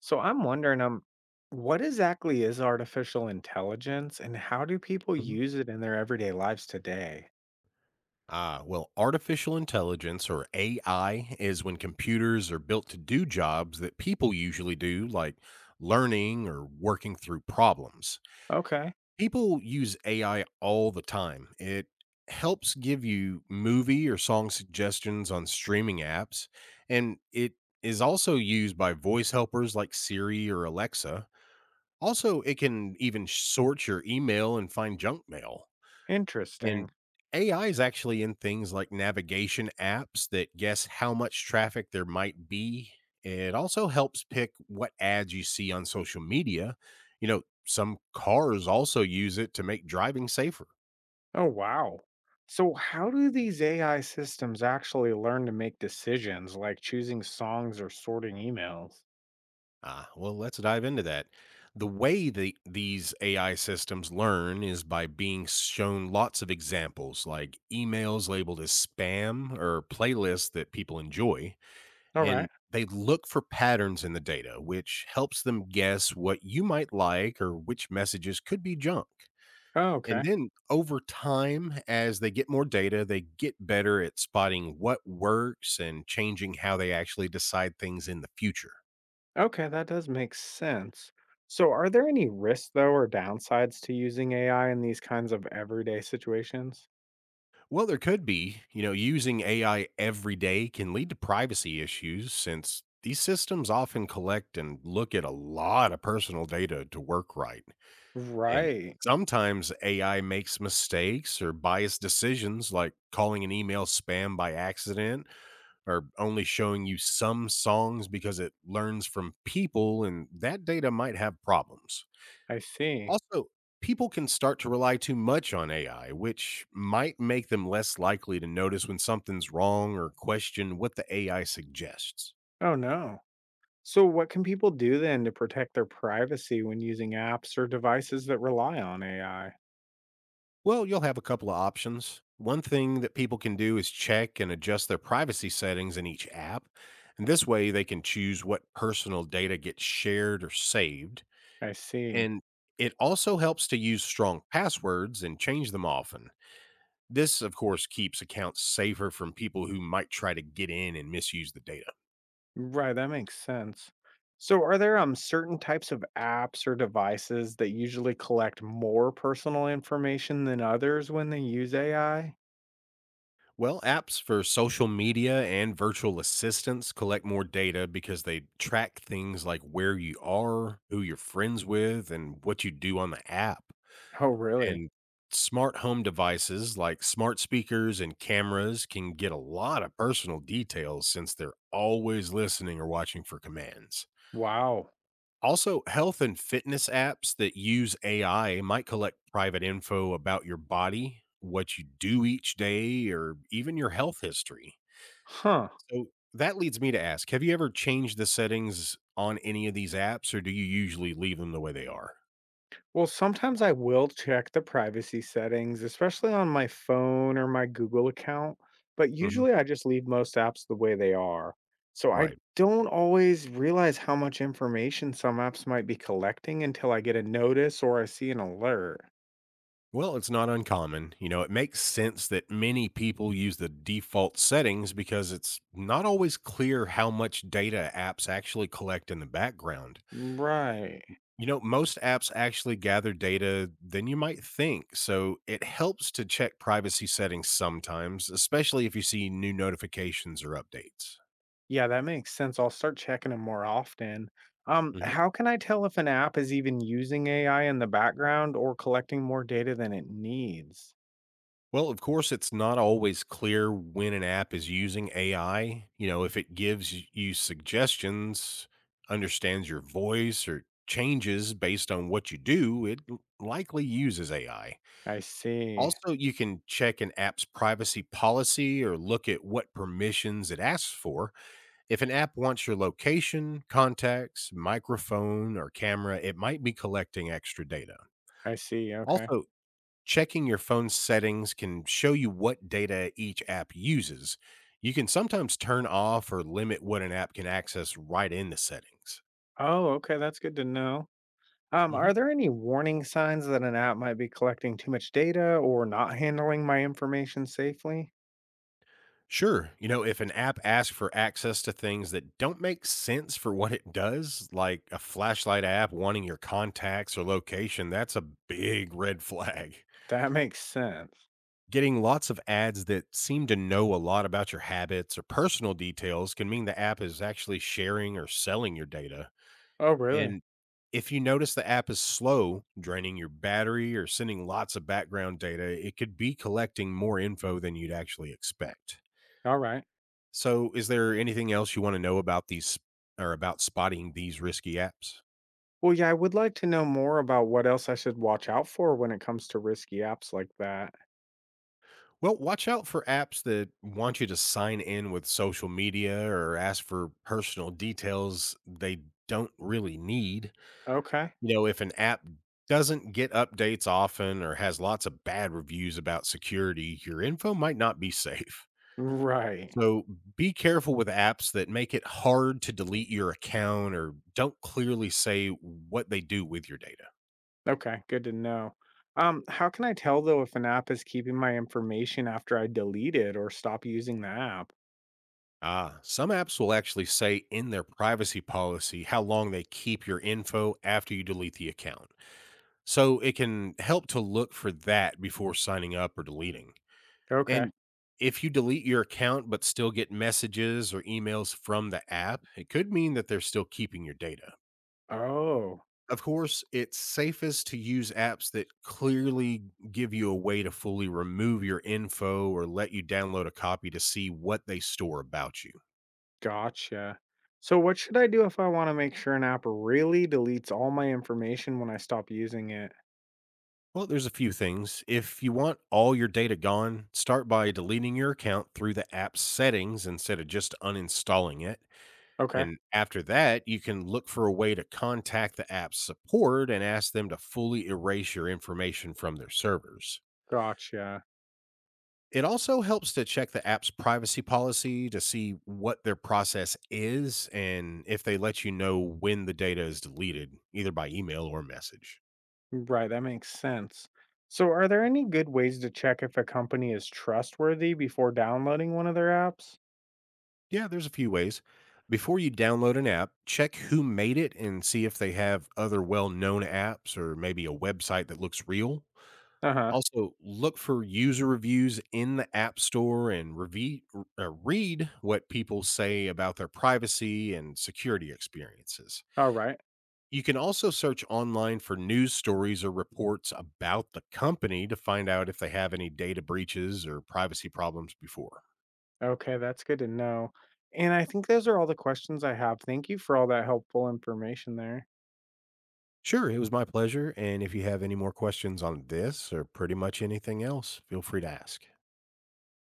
So I'm wondering, what exactly is artificial intelligence and how do people Mhm. use it in their everyday lives today? Artificial intelligence or AI is when computers are built to do jobs that people usually do, like learning or working through problems. Okay, People use AI all the time. It helps give you movie or song suggestions on streaming apps, and it is also used by voice helpers like Siri or Alexa. Also, it can even sort your email and find junk mail. And interesting. AI is actually in things like navigation apps that guess how much traffic there might be. It also helps pick what ads you see on social media. You know, some cars also use it to make driving safer. Oh, wow. So, how do these AI systems actually learn to make decisions like choosing songs or sorting emails? Let's dive into that. The way that these AI systems learn is by being shown lots of examples, like emails labeled as spam or playlists that people enjoy. All right. And they look for patterns in the data, which helps them guess what you might like or which messages could be junk. Oh, And okay. then over time, as they get more data, they get better at spotting what works and changing how they actually decide things in the future. Okay, that does make sense. So, are there any risks, though, or downsides to using AI in these kinds of everyday situations? Well, there could be. Using AI every day can lead to privacy issues since these systems often collect and look at a lot of personal data to work right. And Right. sometimes AI makes mistakes or biased decisions, like calling an email spam by accident or only showing you some songs because it learns from people, and that data might have problems. I see. Also, people can start to rely too much on AI, which might make them less likely to notice when something's wrong or question what the AI suggests. Oh, no. So, what can people do then to protect their privacy when using apps or devices that rely on AI? Well, you'll have a couple of options. One thing that people can do is check and adjust their privacy settings in each app. And this way, they can choose what personal data gets shared or saved. I see. And it also helps to use strong passwords and change them often. This, of course, keeps accounts safer from people who might try to get in and misuse the data. Right, that makes sense. So, are there certain types of apps or devices that usually collect more personal information than others when they use AI? Well, apps for social media and virtual assistants collect more data because they track things like where you are, who you're friends with, and what you do on the app. Oh, really? And smart home devices like smart speakers and cameras can get a lot of personal details since they're always listening or watching for commands. Wow. Also, health and fitness apps that use AI might collect private info about your body, what you do each day, or even your health history. Huh. So that leads me to ask, have you ever changed the settings on any of these apps, or do you usually leave them the way they are? Well, sometimes I will check the privacy settings, especially on my phone or my Google account, but Mhm. usually I just leave most apps the way they are. So I Right. don't always realize how much information some apps might be collecting until I get a notice or I see an alert. Well, it's not uncommon. It makes sense that many people use the default settings because it's not always clear how much data apps actually collect in the background. Right. Most apps actually gather data than you might think. So it helps to check privacy settings sometimes, especially if you see new notifications or updates. Yeah, that makes sense. I'll start checking them more often. Mm-hmm. How can I tell if an app is even using AI in the background or collecting more data than it needs? Well, of course, it's not always clear when an app is using AI. You know, if it gives you suggestions, understands your voice, or changes based on what you do, it likely uses AI. I see. Also, you can check an app's privacy policy or look at what permissions it asks for. If an app wants your location, contacts, microphone, or camera, it might be collecting extra data. I see. Okay. Also, checking your phone's settings can show you what data each app uses. You can sometimes turn off or limit what an app can access right in the settings. Oh, okay, that's good to know. Are Hmm. there any warning signs that an app might be collecting too much data or not handling my information safely? Sure, if an app asks for access to things that don't make sense for what it does, like a flashlight app wanting your contacts or location, that's a big red flag. That makes sense. Getting lots of ads that seem to know a lot about your habits or personal details can mean the app is actually sharing or selling your data. Oh, really? And if you notice the app is slow, draining your battery or sending lots of background data, it could be collecting more info than you'd actually expect. All right. So, is there anything else you want to know about these or about spotting these risky apps? Well, yeah, I would like to know more about what else I should watch out for when it comes to risky apps like that. Well, watch out for apps that want you to sign in with social media or ask for personal details they don't really need. Okay. If an app doesn't get updates often or has lots of bad reviews about security, your info might not be safe. Right. So be careful with apps that make it hard to delete your account or don't clearly say what they do with your data. Okay, good to know. How can I tell though if an app is keeping my information after I delete it or stop using the app? Ah, some apps will actually say in their privacy policy how long they keep your info after you delete the account. So it can help to look for that before signing up or deleting. Okay. And if you delete your account but still get messages or emails from the app, it could mean that they're still keeping your data. Oh, Of course, it's safest to use apps that clearly give you a way to fully remove your info or let you download a copy to see what they store about you. gotcha. So what should I do if I want to make sure an app really deletes all my information when I stop using it? Well, there's a few things. If you want all your data gone, start by deleting your account through the app's settings instead of just uninstalling it. Okay. And after that, you can look for a way to contact the app's support and ask them to fully erase your information from their servers. Gotcha. It also helps to check the app's privacy policy to see what their process is and if they let you know when the data is deleted, either by email or message. Right, that makes sense. So are there any good ways to check if a company is trustworthy before downloading one of their apps? Yeah, there's a few ways. Before you download an app, check who made it and see if they have other well known apps or maybe a website that looks real. Uh-huh. Also, look for user reviews in the App Store and read what people say about their privacy and security experiences. All right. You can also search online for news stories or reports about the company to find out if they have any data breaches or privacy problems before. Okay, that's good to know. And I think those are all the questions I have. Thank you for all that helpful information there. Sure, it was my pleasure. And if you have any more questions on this or pretty much anything else, feel free to ask.